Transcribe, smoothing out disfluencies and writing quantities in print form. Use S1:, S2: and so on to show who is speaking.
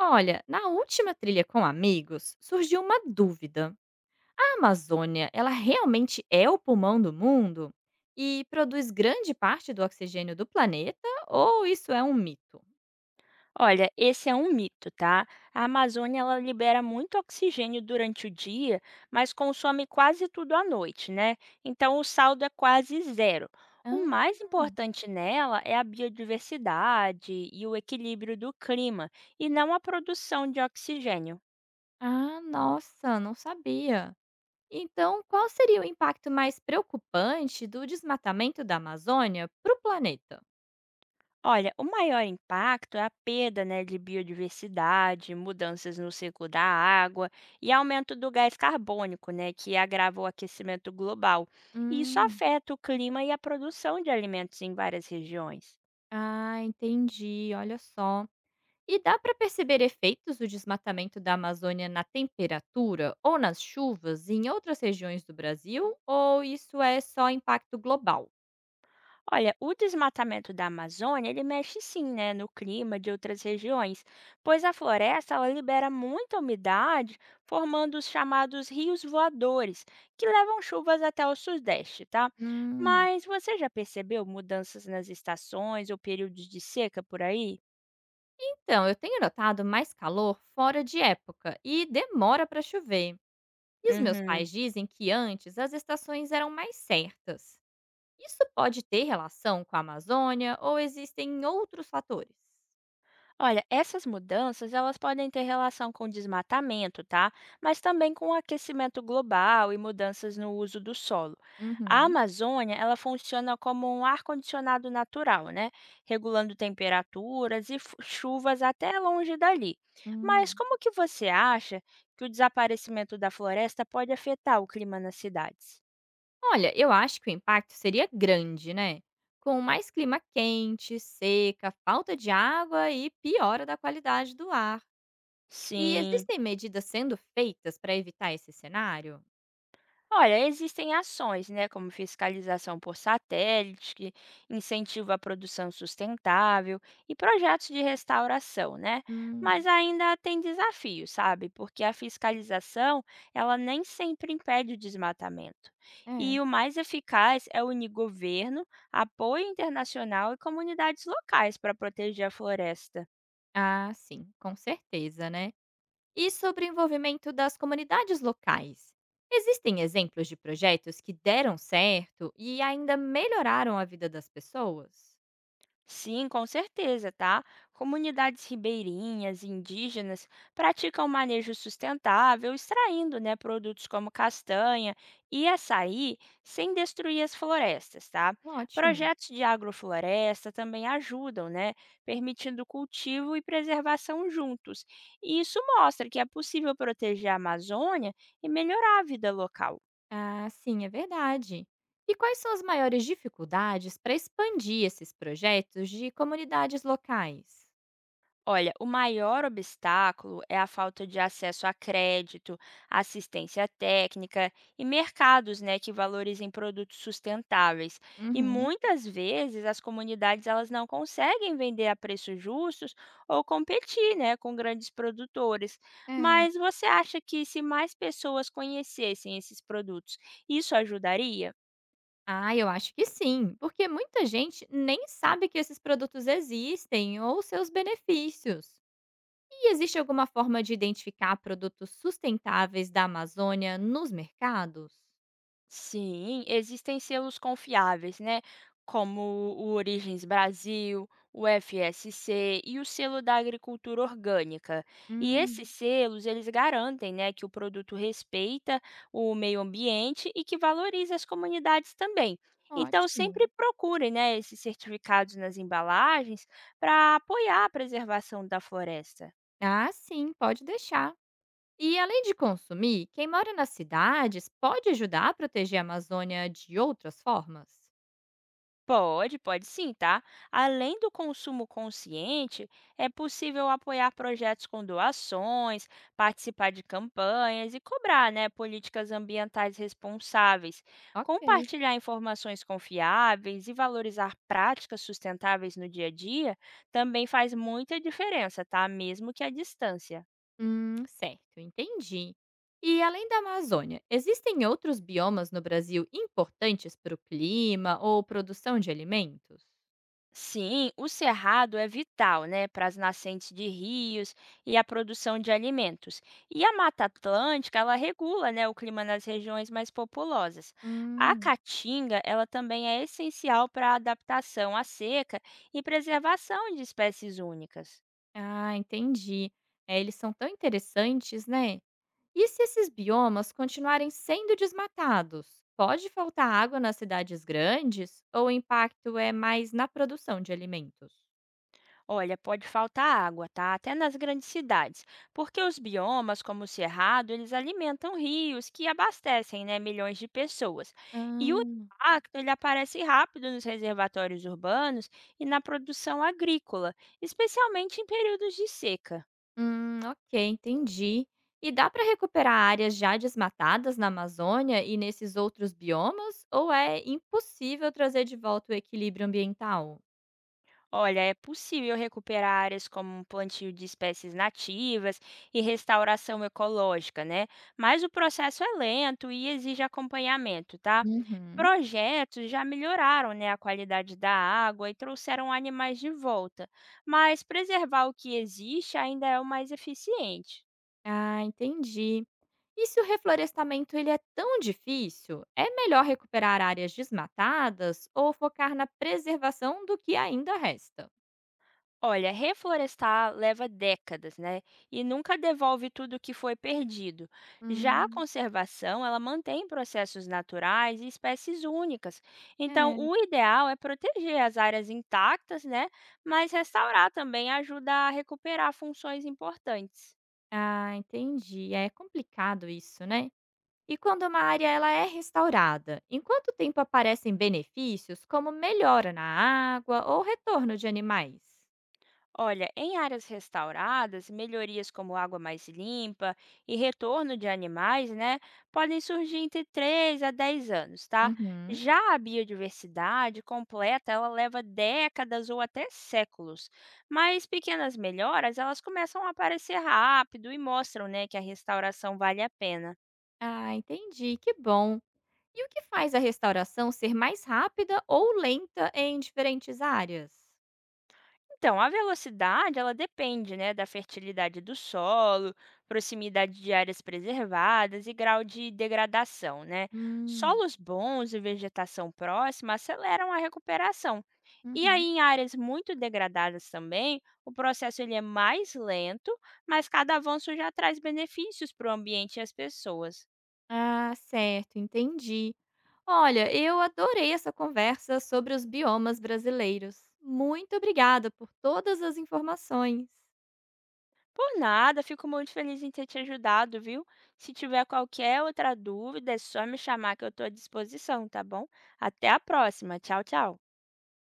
S1: Olha, na última trilha com amigos, surgiu uma dúvida. A Amazônia, ela realmente é o pulmão do mundo e produz grande parte do oxigênio do planeta ou isso é um mito?
S2: Olha, esse é um mito, tá? A Amazônia ela libera muito oxigênio durante o dia, mas consome quase tudo à noite, né? Então o saldo é quase zero. O
S1: Ah,
S2: mais importante nela é a biodiversidade e o equilíbrio do clima, e não a produção de oxigênio.
S1: ah, nossa, não sabia. Então, qual seria o impacto mais preocupante do desmatamento da Amazônia para o planeta?
S2: Olha, o maior impacto é a perda, né, de biodiversidade, mudanças no ciclo da água e aumento do gás carbônico, né, que agrava o aquecimento global. E isso
S1: Hum,
S2: afeta o clima e a produção de alimentos em várias regiões.
S1: ah, entendi. Olha só. E dá para perceber efeitos do desmatamento da Amazônia na temperatura ou nas chuvas em outras regiões do Brasil? Ou isso é só impacto global?
S2: Olha, o desmatamento da Amazônia, ele mexe sim, né, no clima de outras regiões, pois a floresta ela libera muita umidade, formando os chamados rios voadores, que levam chuvas até o sudeste, tá?
S1: Hum,
S2: Mas você já percebeu mudanças nas estações ou períodos de seca por aí?
S1: Então, eu tenho notado mais calor fora de época e demora para chover. E os meus
S2: Uhum.
S1: pais dizem que antes as estações eram mais certas. Isso pode ter relação com a Amazônia ou existem outros fatores?
S2: Olha, essas mudanças elas podem ter relação com desmatamento, tá? Mas também com o aquecimento global e mudanças no uso do solo. A
S1: Uhum,
S2: Amazônia, ela funciona como um ar-condicionado natural, né? Regulando temperaturas e chuvas até longe dali. Mas
S1: hum.
S2: como que você acha que o desaparecimento da floresta pode afetar o clima nas cidades?
S1: Olha, eu acho que o impacto seria grande, né? Com mais clima quente, seca, falta de água e piora da qualidade do ar. E
S2: Sim.
S1: existem medidas sendo feitas para evitar esse cenário?
S2: Olha, existem ações, né, como fiscalização por satélite, que incentivo à produção sustentável e projetos de restauração, né? Mas
S1: Hum,
S2: ainda tem desafios, sabe? Porque a fiscalização, ela nem sempre impede o desmatamento.
S1: é.
S2: E o mais eficaz é unir governo, apoio internacional e comunidades locais para proteger a floresta.
S1: Ah, sim, com certeza, né? E sobre o envolvimento das comunidades locais? Existem exemplos de projetos que deram certo e ainda melhoraram a vida das pessoas?
S2: Sim, com certeza, tá? Comunidades ribeirinhas, indígenas, praticam manejo sustentável, extraindo, né, produtos como castanha e açaí sem destruir as florestas, tá?
S1: Ótimo.
S2: Projetos de agrofloresta também ajudam, né, permitindo cultivo e preservação juntos. E isso mostra que é possível proteger a Amazônia e melhorar a vida local.
S1: Ah, sim, é verdade. E quais são as maiores dificuldades para expandir esses projetos de comunidades locais?
S2: Olha, o maior obstáculo é a falta de acesso a crédito, assistência técnica e mercados, né, que valorizem produtos sustentáveis. E
S1: Uhum.
S2: muitas vezes as comunidades elas não conseguem vender a preços justos ou competir, né, com grandes produtores.
S1: É.
S2: Mas você acha que se mais pessoas conhecessem esses produtos, isso ajudaria?
S1: Ah, eu acho que sim, porque muita gente nem sabe que esses produtos existem ou seus benefícios. E existe alguma forma de identificar produtos sustentáveis da Amazônia nos mercados?
S2: Sim, existem selos confiáveis, né? Como o Origens Brasil, o FSC e o selo da agricultura orgânica. E esses
S1: Hum,
S2: selos, eles garantem, né, que o produto respeita o meio ambiente e que valoriza as comunidades também. Então,
S1: ótimo.
S2: sempre procure, né, esses certificados nas embalagens para apoiar a preservação da floresta.
S1: Ah, sim, pode deixar. E além de consumir, quem mora nas cidades pode ajudar a proteger a Amazônia de outras formas?
S2: Pode, pode sim, tá? Além do consumo consciente, é possível apoiar projetos com doações, participar de campanhas e cobrar, né, políticas ambientais responsáveis,
S1: Ok.
S2: compartilhar informações confiáveis e valorizar práticas sustentáveis no dia a dia também faz muita diferença, tá? Mesmo que à distância.
S1: Certo, entendi. E além da Amazônia, existem outros biomas no Brasil importantes para o clima ou produção de alimentos?
S2: Sim, o cerrado é vital, né, para as nascentes de rios e a produção de alimentos. E a Mata Atlântica, ela regula, né, o clima nas regiões mais populosas. A
S1: Hum,
S2: caatinga, ela também é essencial para a adaptação à seca e preservação de espécies únicas.
S1: ah, entendi. É, eles são tão interessantes, né? E se esses biomas continuarem sendo desmatados? Pode faltar água nas cidades grandes ou o impacto é mais na produção de alimentos?
S2: Olha, pode faltar água, tá? Até nas grandes cidades, porque os biomas, como o cerrado, eles alimentam rios que abastecem, né, milhões de pessoas. E o
S1: Ah,
S2: impacto ele aparece rápido nos reservatórios urbanos e na produção agrícola, especialmente em períodos de seca.
S1: ok, entendi. E dá para recuperar áreas já desmatadas na Amazônia e nesses outros biomas? Ou é impossível trazer de volta o equilíbrio ambiental?
S2: Olha, é possível recuperar áreas como um plantio de espécies nativas e restauração ecológica, né? Mas o processo é lento e exige acompanhamento, tá?
S1: Uhum.
S2: Projetos já melhoraram, né, a qualidade da água e trouxeram animais de volta, mas preservar o que existe ainda é o mais eficiente.
S1: Ah, entendi. E se o reflorestamento ele é tão difícil, é melhor recuperar áreas desmatadas ou focar na preservação do que ainda resta?
S2: Olha, reflorestar leva décadas, né? E nunca devolve tudo que foi perdido. Já a
S1: Hum,
S2: conservação, ela mantém processos naturais e espécies únicas. Então,
S1: é.
S2: o ideal é proteger as áreas intactas, né? Mas restaurar também ajuda a recuperar funções importantes.
S1: Ah, entendi. É complicado isso, né? E quando uma área ela é restaurada, em quanto tempo aparecem benefícios como melhora na água ou retorno de animais?
S2: Olha, em áreas restauradas, melhorias como água mais limpa e retorno de animais, né, podem surgir entre 3 a 10 anos, tá?
S1: Uhum.
S2: Já a biodiversidade completa, ela leva décadas ou até séculos. Mas pequenas melhoras, elas começam a aparecer rápido e mostram, né, que a restauração vale a pena.
S1: Ah, entendi. Que bom. E o que faz a restauração ser mais rápida ou lenta em diferentes áreas?
S2: Então, a velocidade, ela depende, né, da fertilidade do solo, proximidade de áreas preservadas e grau de degradação, né?
S1: Hum,
S2: Solos bons e vegetação próxima aceleram a recuperação. E aí,
S1: uhum.
S2: em áreas muito degradadas também, o processo ele é mais lento, mas cada avanço já traz benefícios para o ambiente e as pessoas.
S1: Ah, certo, entendi. Olha, eu adorei essa conversa sobre os biomas brasileiros. Muito obrigada por todas as informações.
S2: Por nada, fico muito feliz em ter te ajudado, viu? Se tiver qualquer outra dúvida, é só me chamar que eu estou à disposição, tá bom? Até a próxima. Tchau, tchau.